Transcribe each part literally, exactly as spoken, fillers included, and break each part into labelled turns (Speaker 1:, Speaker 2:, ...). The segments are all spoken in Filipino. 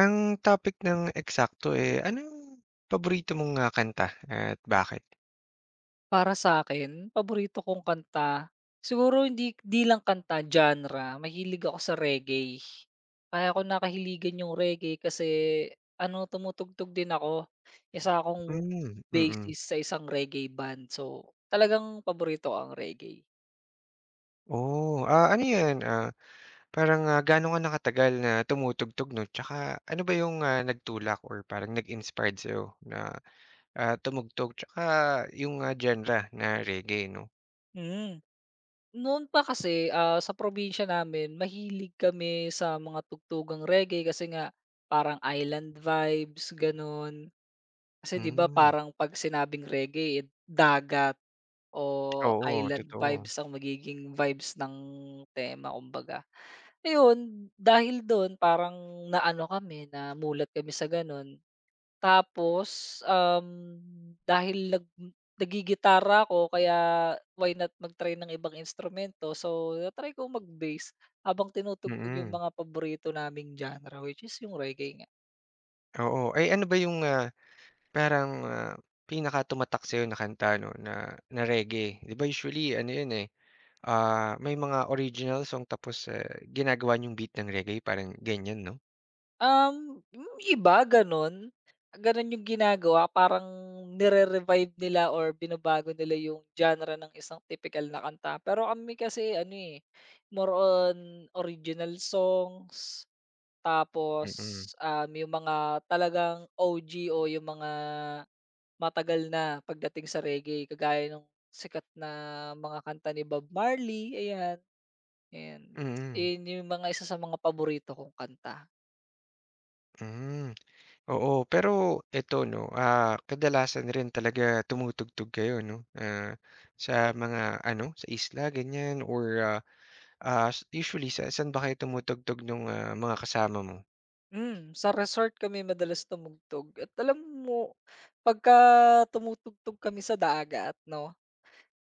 Speaker 1: Ang topic ng eksakto, eh, anong paborito mong, ah, kanta at bakit?
Speaker 2: Para sa akin, paborito kong kanta, siguro hindi di lang kanta, genre, mahilig ako sa reggae. Kaya ko nakahiligan yung reggae kasi ano, tumutugtog din ako. Isa akong
Speaker 1: Hmm, mm.
Speaker 2: bassist sa isang reggae band. So, talagang paborito ko ang reggae.
Speaker 1: Oh, ah, ano 'yan, ah, parang, ah, gaano ka na katagal na tumutugtog 'no? Tsaka ano ba yung, ah, nagtulak or parang nag-inspired sa'yo na, ah, tumugtog tsaka yung, ah, genre na reggae 'no?
Speaker 2: Mm. Noon pa kasi, ah, sa probinsya namin mahilig kami sa mga tugtugang reggae kasi nga parang island vibes, gano'n. Kasi 'di ba
Speaker 1: Hmm,
Speaker 2: parang 'pag sinabing reggae, eh, dagat. O
Speaker 1: oo,
Speaker 2: island
Speaker 1: totoo.
Speaker 2: vibes ang magiging vibes ng tema kumbaga. Ayun, dahil dun parang naano kami, namulat kami sa ganun. Tapos, um, dahil nag naggigitara ako kaya why not mag-try ng ibang instrumento. So, na-try ko mag-bass habang tinutugtog yung
Speaker 1: Mm,
Speaker 2: mga paborito naming genre which is yung reggae nga.
Speaker 1: oo. Ay ano ba yung, ah, parang, ah, pinakatumatak sa'yo na kanta 'no na na reggae? 'Di ba usually ano 'yun, eh. Ah, may mga original song tapos, eh, ginagawa yung beat ng reggae parang ganyan 'no?
Speaker 2: Um, yung iba gano'n, gano'n yung ginagawa parang nire-revive nila or binabago nila yung genre ng isang tipikal na kanta. Pero kami kasi ano, eh, more on original songs, tapos,
Speaker 1: Mm,
Speaker 2: um, yung mga talagang O G o yung mga matagal na pagdating sa reggae kagaya ng sikat na mga kanta ni Bob Marley, ayan. And
Speaker 1: mm,
Speaker 2: yun yung mga isa sa mga paborito kong kanta.
Speaker 1: hmm, oo. Pero eto 'no, ah, kadalasan rin talaga tumutugtog kayo 'no, ah, sa mga ano, sa isla ganyan or, ah, ah, usually sa saan ba kayo tumutugtog nung, ah, mga kasama mo?
Speaker 2: Hmm, sa resort kami madalas tumugtog at alam mo pagka tumutugtog kami sa dagat 'no,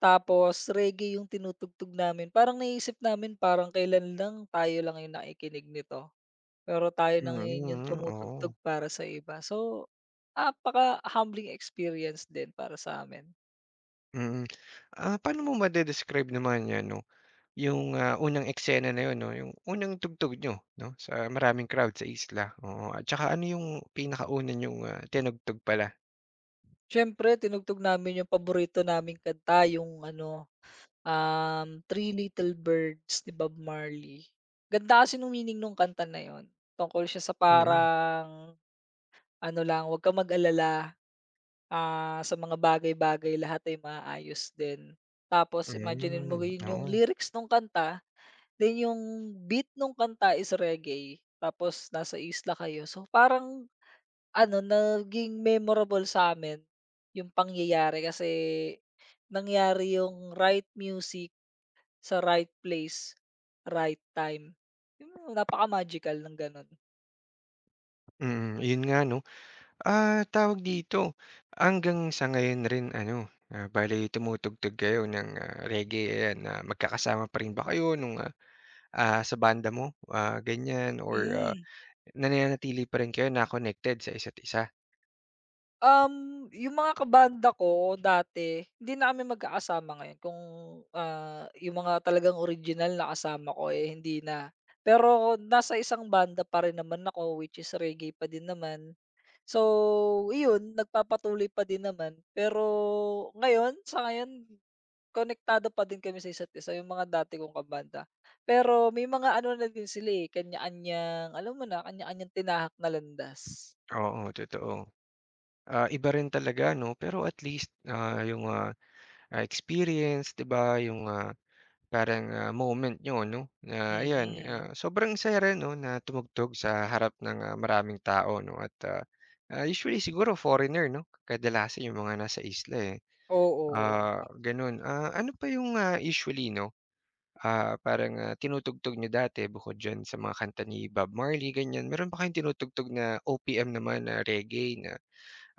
Speaker 2: tapos reggae yung tinutugtog namin parang naisip namin parang kailan lang tayo lang yung nakikinig nito, pero tayo na ngayon yung
Speaker 1: Mm, oo,
Speaker 2: tumutugtog para sa iba. So, napaka-humbling experience din para sa amin.
Speaker 1: mm. Ah, paano mo made-describe naman 'yan 'no, yung, ah, unang eksena na yun 'no, yung unang tugtog niyo 'no, sa maraming crowd sa isla, oo. At tsaka ano yung pinakauna niyong, ah, tinugtog pala?
Speaker 2: Siyempre tinugtog namin yung paborito naming kanta yung ano Um, Three Little Birds ni Bob Marley. Ganda kasi nung meaning nung kanta na yun. Tungkol siya sa
Speaker 1: Mm,
Speaker 2: parang ano lang, "Wag kang mag-alala, ah, sa mga bagay-bagay lahat ay maayos din." Tapos imaginin mo
Speaker 1: hmm,
Speaker 2: yun yung
Speaker 1: oo.
Speaker 2: lyrics nung kanta, then yung beat nung kanta is reggae, tapos nasa isla kayo. So parang ano, naging memorable sa'min yung pangyayari kasi nangyari yung right music sa right place, right time. Yung napaka-magical ng gano'n.
Speaker 1: Mm, yun nga 'no. Ah, tawag dito, hanggang sa ngayon rin ano, ah, bale tumutugtog kayo ng, ah, reggae, ayan, ah, magkakasama pa rin ba kayo nung, ah, ah, sa banda mo, ah, ganyan or, ah,
Speaker 2: Hmm.
Speaker 1: nananatili pa rin kayo na connected sa isa't isa?
Speaker 2: Um, yung mga kabanda ko dati, hindi na kami magkakasama ngayon kung, ah, yung mga talagang original na kasama ko, eh, hindi na. Pero nasa isang banda pa rin naman ako which is reggae pa din naman. So, iyon nagpapatuloy pa din naman. Pero ngayon, sa ngayon konektado pa din kami sa isa't isa, yung mga dati kong kabanda. Pero may mga ano na din sila, eh, kanya-kanyang alam mo na, kanya-kanyang tinahak na landas.
Speaker 1: Oo, totoo. Ah, iba rin talaga 'no, pero at least, ah, yung, ah, ah, experience 'di ba, yung, ah, parang, ah, moment niyo 'no, na ayan,
Speaker 2: Mm.
Speaker 1: ah, sobrang saya rin 'no na tumugtog sa harap ng, ah, maraming tao 'no at, ah, ah, usually siguro foreigner 'no, kadalasan yung mga nasa isla, eh,
Speaker 2: Oo, oo
Speaker 1: ah,
Speaker 2: nga.
Speaker 1: gano'n. Ah, ano pa yung, ah, usually 'no, ah, parang, ah, tinutugtog niyo dati bukod diyan sa mga kanta ni Bob Marley, ganyan, meron pa kayong tinutugtog na O P M naman na reggae na.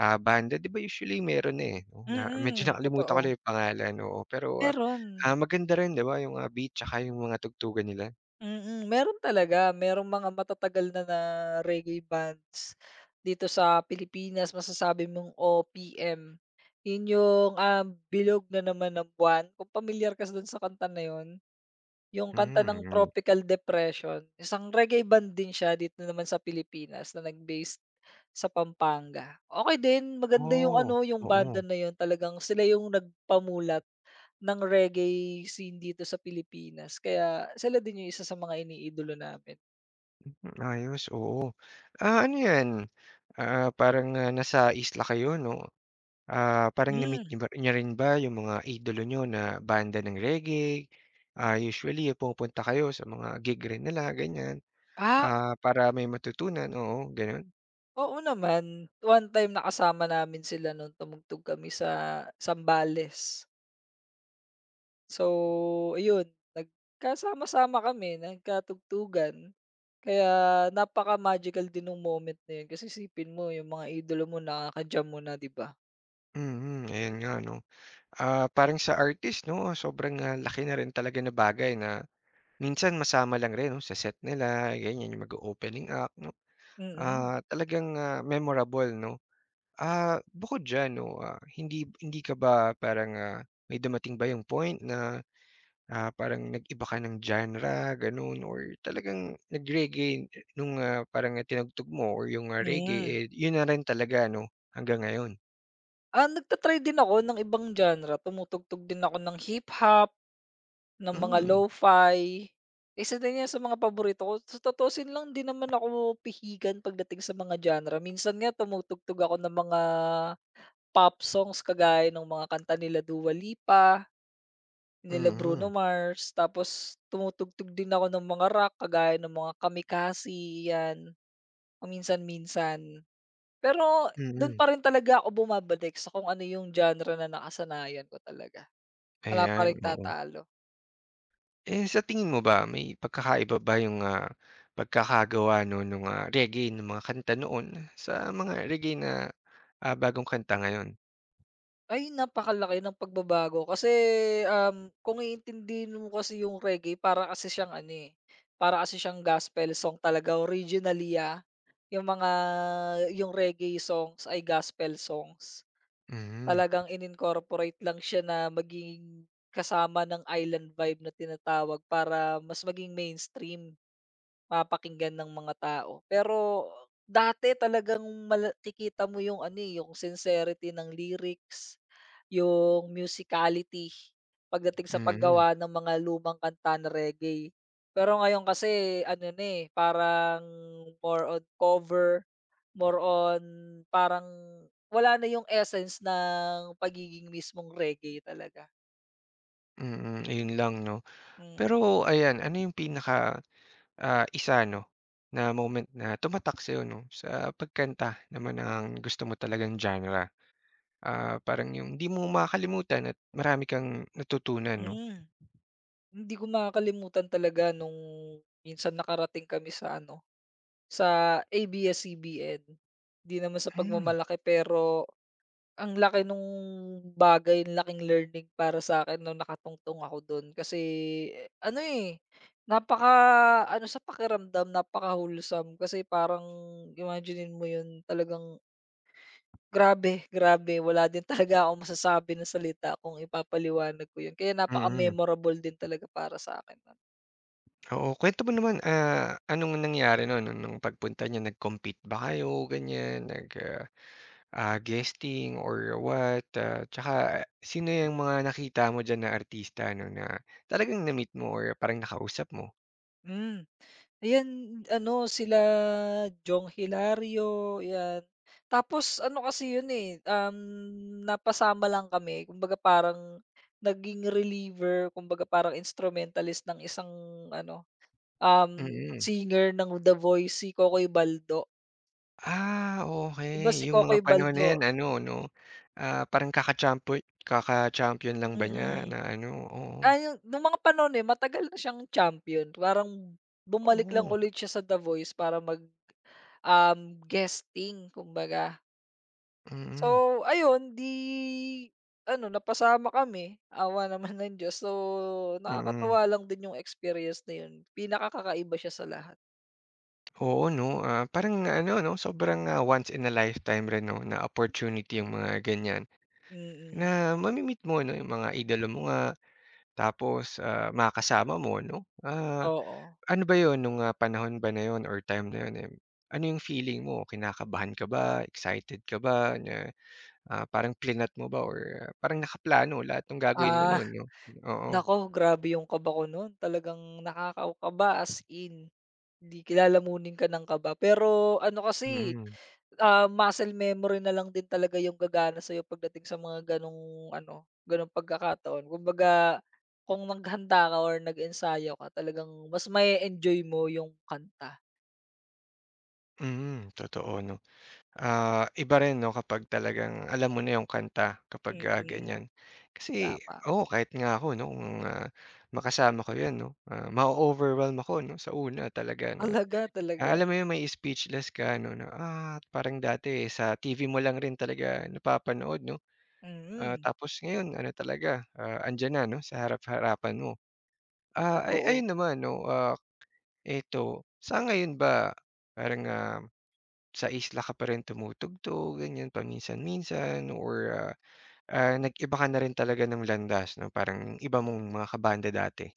Speaker 1: Ah, banda, 'di ba usually meron na, eh, 'no, na medyo
Speaker 2: Mm,
Speaker 1: nakalimutan ko
Speaker 2: totoo.
Speaker 1: lang yung pangalan, oo. Pero, ah,
Speaker 2: Meron.
Speaker 1: ah, maganda rin 'di ba yung, ah, beat tsaka yung mga tugtugan nila?
Speaker 2: Mm, meron talaga. Merong mga matatagal na na reggae bands dito sa Pilipinas, masasabi mong O P M. Yun yung, ah, Bilog na Naman ng Buwan, kung pamilyar ka dun sa kanta na yun? Yung kanta ng
Speaker 1: Hmm,
Speaker 2: Tropical Depression, isang reggae band din siya dito naman sa Pilipinas na nag-based sa Pampanga. Okay din, maganda yung
Speaker 1: oh,
Speaker 2: ano, yung banda
Speaker 1: oo.
Speaker 2: na yun talagang sila yung nagpamulat ng reggae scene dito sa Pilipinas kaya sila din yung isa sa mga iniidolo namin.
Speaker 1: Ayos, oo. Ah, ano 'yan, ah, parang, ah, nasa isla kayo 'no, ah, parang na-meet
Speaker 2: Hmm,
Speaker 1: niyo ba niyo rin ba yung mga idolo niyo na banda ng reggae? Ah, usually eh, pumupunta kayo sa mga gig rin nila, ganiyan,
Speaker 2: ah,
Speaker 1: ah, para may matutunan, oo, gano'n?
Speaker 2: oo naman. One time nakasama namin sila nung tumugtog kami sa Zambales. So, ayun nagkasama-sama kami, nagkatugtugan. Kaya napaka-magical din nung moment na yun kasi isipin mo yung mga idolo mo nakaka-jam mo na, 'di ba?
Speaker 1: Mm, ayan nga 'no. Ah, parang sa artist 'no, sobrang, ah, laki na rin talaga na bagay na minsan masama lang rin 'no, sa set nila ganyan, yung mag opening act 'no.
Speaker 2: Mm,
Speaker 1: Ah, talagang, ah, memorable 'no. Ah, bukod diyan 'no, ah, hindi hindi ka ba parang, ah, may dumating ba yung point na, ah, parang nag-iba ka ng genre gano'n or talagang nag-reggae nung, ah, parang tinugtog mo or yung, ah,
Speaker 2: hmm.
Speaker 1: reggae, eh, yun na rin talaga 'no, hanggang ngayon?
Speaker 2: Ah, nagta din ako ng ibang genre, tumutugtog din ako ng hip-hop, ng mga
Speaker 1: Hmm,
Speaker 2: lo-fi. Isa din yan sa mga paborito ko. Sa tutuusin lang di naman ako pihigan pagdating sa mga genre. Minsan nga tumutugtog ako ng mga pop songs kagaya ng mga kanta nila Dua Lipa. Nila Bruno
Speaker 1: mm.
Speaker 2: Mars, tapos tumutugtog din ako ng mga rock kagaya ng mga Kamikasi, 'yan, paminsan-minsan. Pero do'n
Speaker 1: Mm,
Speaker 2: pa rin talaga ako bumabalik sa kung ano yung genre na nakasanayan ko talaga. Wala pa
Speaker 1: ayan,
Speaker 2: ring
Speaker 1: oo.
Speaker 2: tatalo.
Speaker 1: Eh, sa tingin mo ba may pagkakaiba ba yung, ah, pagkakagawa 'no nung, ah, reggae nung mga kanta noon sa mga reggae na, ah, bagong kanta ngayon?
Speaker 2: Ay, napakalaki ng pagbabago kasi, um, kung iintindihin mo kasi yung reggae para kasi siyang ano, eh, para kasi siyang gospel song talaga originally, ah, yung mga yung reggae songs ay gospel songs.
Speaker 1: Hmm,
Speaker 2: Talagang in-incorporate lang siya na maging kasama ng island vibe na tinatawag para mas maging mainstream, mapakinggan ng mga tao. Pero dati talagang makikita mo yung ano, eh, yung sincerity ng lyrics, yung musicality pagdating sa
Speaker 1: mm,
Speaker 2: paggawa ng mga lumang kanta na reggae. Pero ngayon kasi ano na, eh, parang more on cover, more on parang wala na yung essence ng pagiging mismong reggae talaga.
Speaker 1: mm, ayun lang 'no.
Speaker 2: Mm,
Speaker 1: Pero ayan, ano yung pinaka, ah, isa 'no, na moment na tumatak sa'yo 'no sa pagkanta naman ng gusto mo talagang genre? Ah, parang yung 'di mo makakalimutan at marami kang natutunan 'no?
Speaker 2: hmm. Hindi ko makakalimutan talaga nung minsan nakarating kami sa ano, sa A B S C B N. Hindi naman sa
Speaker 1: Hmm, mm.
Speaker 2: pagmamalaki pero ang laki nung bagay, ang laking learning para sa akin nung nakatungtong ako dun kasi eh, ano, eh, napaka-ano sa pakiramdam, napaka-wholesome kasi parang imaginin mo yun talagang grabe, grabe wala din talaga akong masasabi na salita kung ipapaliwanag ko yun kaya
Speaker 1: Mm-hmm.
Speaker 2: napaka-memorable din talaga para sa akin nun.
Speaker 1: Oo, kuwento mo naman, ah, anong nangyari nun nung nung pagpunta niyo, nag-compete ba kayo ganyan, nag, ah, ah, guesting or what? Ah, tsaka sino yung mga nakita mo diyan na artista no na talagang na-meet mo or parang nakausap mo?
Speaker 2: Hmm, ayan ano sila Jong Hilario, 'yan. Tapos ano kasi yun, eh, um, napasama lang kami kumbaga parang naging reliever kumbaga parang instrumentalist ng isang ano, um,
Speaker 1: Mm.
Speaker 2: singer ng The Voice si Kokoy Baldo.
Speaker 1: Ah,
Speaker 2: 'Di
Speaker 1: okey.
Speaker 2: si
Speaker 1: Yung mga
Speaker 2: Kokoy
Speaker 1: panahon na
Speaker 2: Baldo
Speaker 1: yan ano 'no, ah, parang kaka-champion kaka-champion lang ba niya na
Speaker 2: mm.
Speaker 1: ano? Oo.
Speaker 2: Ah, yung nung mga panahon na matagal na siyang champion parang bumalik lang
Speaker 1: Oh,
Speaker 2: ulit siya sa The Voice para mag, um, guesting kumbaga.
Speaker 1: mm,
Speaker 2: So ayun, 'di ano napasama kami, awa naman ng Diyos. So
Speaker 1: mm.
Speaker 2: nakakatuwa lang din yung experience na yun, pinakakakaiba siya sa lahat.
Speaker 1: Oo 'no, ah, parang ano 'no, sobrang, ah, once in a lifetime rin 'no na opportunity yung mga ganyan,
Speaker 2: Mm,
Speaker 1: na mami mo 'no yung mga idolo mo nga, tapos, ah, makakasama mo 'no. Ah,
Speaker 2: oo.
Speaker 1: ano ba yun nung, ah, panahon ba na yun or time na yun, eh, ano yung feeling mo, kinakabahan ka ba, excited ka ba na, ah, parang plinat mo ba or ah, parang nakaplano lahat ng gagawin mo
Speaker 2: Ah,
Speaker 1: nun 'no? Oo,
Speaker 2: naku grabe yung kaba ko nun talagang nakakaw-kaba as in. Hindi ki lalamunin ka ng kaba. Pero ano kasi,
Speaker 1: mm.
Speaker 2: ah, muscle memory na lang din talaga yung gagana sa'yo pagdating sa mga gano'ng ano, gano'ng pagkakataon. Kumbaga, kung naghanda ka or nag-ensayo ka talagang mas ma enjoy mo yung kanta.
Speaker 1: Mm, totoo 'no. Ah, iba rin 'no kapag talagang alam mo na yung kanta kapag, ah,
Speaker 2: Mm,
Speaker 1: ganyan. Kasi
Speaker 2: tama.
Speaker 1: oo, kahit nga ako 'no kung, ah, makasama ko 'yan 'no, ah, ma-o-overwhelm ako 'no sa una talaga na
Speaker 2: Talaga,
Speaker 1: ah,
Speaker 2: talaga.
Speaker 1: alam mo yung mai-speechless ka 'no na, ah, parang dati eh, sa T V mo lang rin talaga napapanood 'no, ah,
Speaker 2: Mm,
Speaker 1: tapos ngayon ano talaga, ah, andiyan na 'no sa harap-harapan mo. Ah, ay
Speaker 2: totoo.
Speaker 1: ayun naman 'no, ah, eto, sa ngayon ba parang, ah sa isla ka pa rin tumutugtog, ganyan paminsan-minsan or, ah, ah, nag-iba ka na rin talaga ng landas 'no, parang iba mong mga kabanda dati.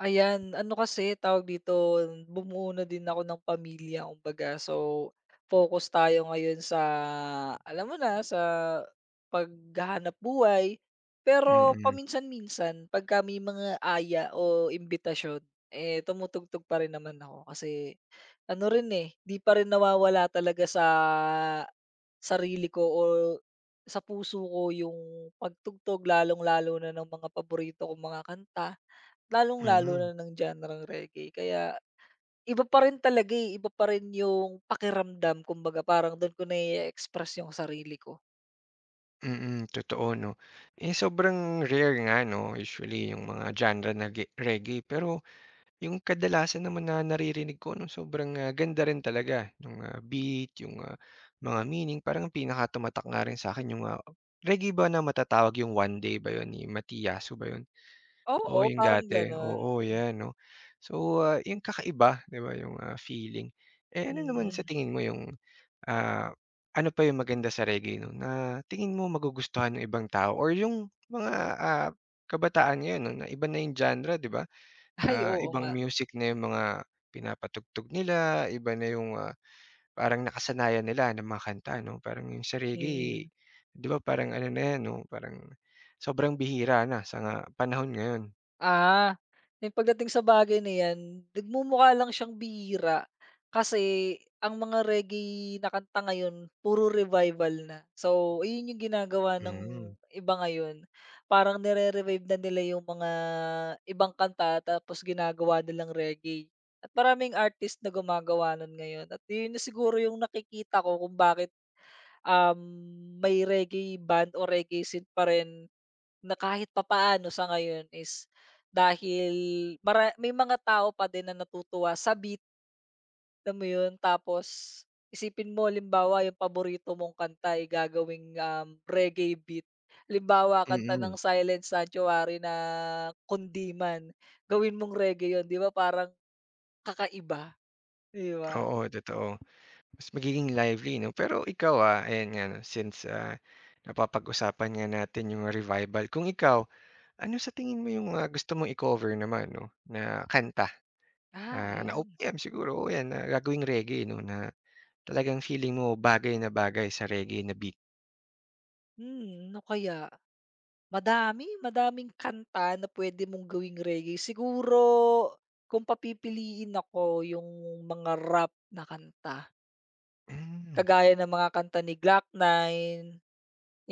Speaker 2: Ayan, ano kasi, tawag dito, bumuo na din ako ng pamilya kumbaga. So, focus tayo ngayon sa, alam mo na, sa paghahanap buhay. Pero
Speaker 1: Mm,
Speaker 2: paminsan-minsan, pag kami mga aya o imbitasyon, eh, tumutugtog pa rin naman ako. Kasi, ano rin eh, di pa rin nawawala talaga sa sarili ko o sa puso ko yung pagtugtog, lalong-lalo na ng mga paborito kong mga kanta. Lalong-lalo
Speaker 1: mm,
Speaker 2: na ng genre-ng reggae kaya iba pa rin talaga, eh, iba pa rin yung pakiramdam kumbaga parang don ko nai express yung sarili ko.
Speaker 1: mm, totoo 'no. Eh, sobrang rare nga 'no, usually yung mga genre na ge reggae, pero yung kadalasan naman na naririnig ko 'no, sobrang, ah, ganda rin talaga nung, ah, beat, yung, ah, mga meaning. Parang ang pinaka tumatak nga rin sa'kin yung, ah reggae ba na matatawag yung One Day ba yun, ni Matiyasu ba yun?
Speaker 2: Oo,
Speaker 1: Oo, yung
Speaker 2: parang
Speaker 1: dati.
Speaker 2: ganon.
Speaker 1: Oo, 'yan 'no. So, ah, yung kakaiba, 'di ba, yung, ah, feeling. Eh, ano naman sa
Speaker 2: Mm.
Speaker 1: tingin mo yung, ah, ano pa yung maganda sa reggae 'no, na tingin mo magugustuhan ng ibang tao or yung mga, ah, kabataan ngayon 'no, na iba na yung genre, 'di ba?
Speaker 2: Ay,
Speaker 1: Ah,
Speaker 2: oo
Speaker 1: ibang
Speaker 2: nga,
Speaker 1: music na yung mga pinapatugtog nila, iba na yung, ah, parang nakasanayan nila na mga kanta 'no. Parang yung sa reggae,
Speaker 2: mm.
Speaker 1: 'di ba, parang ano na 'yan 'no, parang sobrang bihira na sa nga panahon ngayon.
Speaker 2: Ah, yung pagdating sa bagay na 'yan, nagmumukha lang siyang bihira kasi ang mga reggae na kanta ngayon puro revival na. So, ayun yung ginagawa ng
Speaker 1: Hmm.
Speaker 2: iba ngayon, parang nire-revive na nila yung mga ibang kanta tapos ginagawa nilang reggae at maraming artist na gumagawa nun ngayon at yun na siguro yung nakikita ko kung bakit, um, may reggae band o reggae scene pa rin na kahit papaano sa ngayon is dahil mara may mga tao pa din na natutuwa sa beat, alam mo 'yun? Tapos isipin mo limbawa yung paborito mong kanta, eh, gagawing, um, reggae beat. Limbawa kanta
Speaker 1: Mm,
Speaker 2: ng Silent Sanctuary na Kundiman, gawin mong reggae 'yun, 'di ba parang kakaiba, 'di ba?
Speaker 1: oo, totoo. Mas magiging lively 'no? Pero ikaw, ah, ayan nga 'no, since, ah, napapag-usapan nga natin yung revival, kung ikaw, ano sa tingin mo yung, ah, gusto mong i-cover naman 'no, na kanta,
Speaker 2: Ah,
Speaker 1: ah, na
Speaker 2: ayan.
Speaker 1: O P M siguro o 'yan na gagawing reggae 'no, na talagang feeling mo bagay na bagay sa reggae na beat?
Speaker 2: Hmm, ano kaya? Madami, madaming kanta na pwede mong gawing reggae. Siguro kung papipiliin ako yung mga rap na kanta,
Speaker 1: Hmm,
Speaker 2: kagaya ng mga kanta ni glock Nine,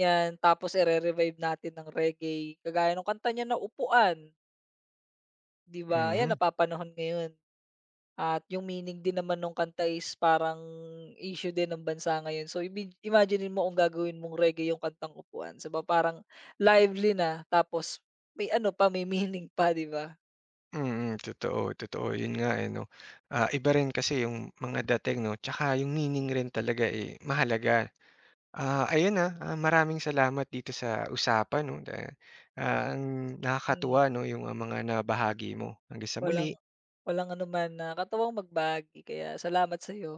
Speaker 2: 'yan. Tapos ire-revive natin ng reggae, kagaya nung kanta niya na Upuan, 'di ba? 'Yan
Speaker 1: mm,
Speaker 2: napapanahon ngayon. At yung meaning din naman nung kanta is parang issue din ng bansa ngayon. So imag imaginin mo kung gagawin mong reggae yung kantang Upuan, 'di parang lively na tapos may ano pa, may meaning pa, 'di ba?
Speaker 1: mm, totoo, totoo. Yun nga, eh, 'no, ah, iba rin kasi yung mga dating 'no, 'tsaka yung meaning rin talaga, eh, mahalaga. Ah, ayun, ah, ah, maraming salamat dito sa usapan 'no, na, ah, ang nakakatuwa
Speaker 2: Mm,
Speaker 1: 'no, yung, ah, mga nabahagi mo. Hanggang sa
Speaker 2: walang
Speaker 1: muli.
Speaker 2: walang anuman na katawang magbagi kaya salamat sa sa'yo.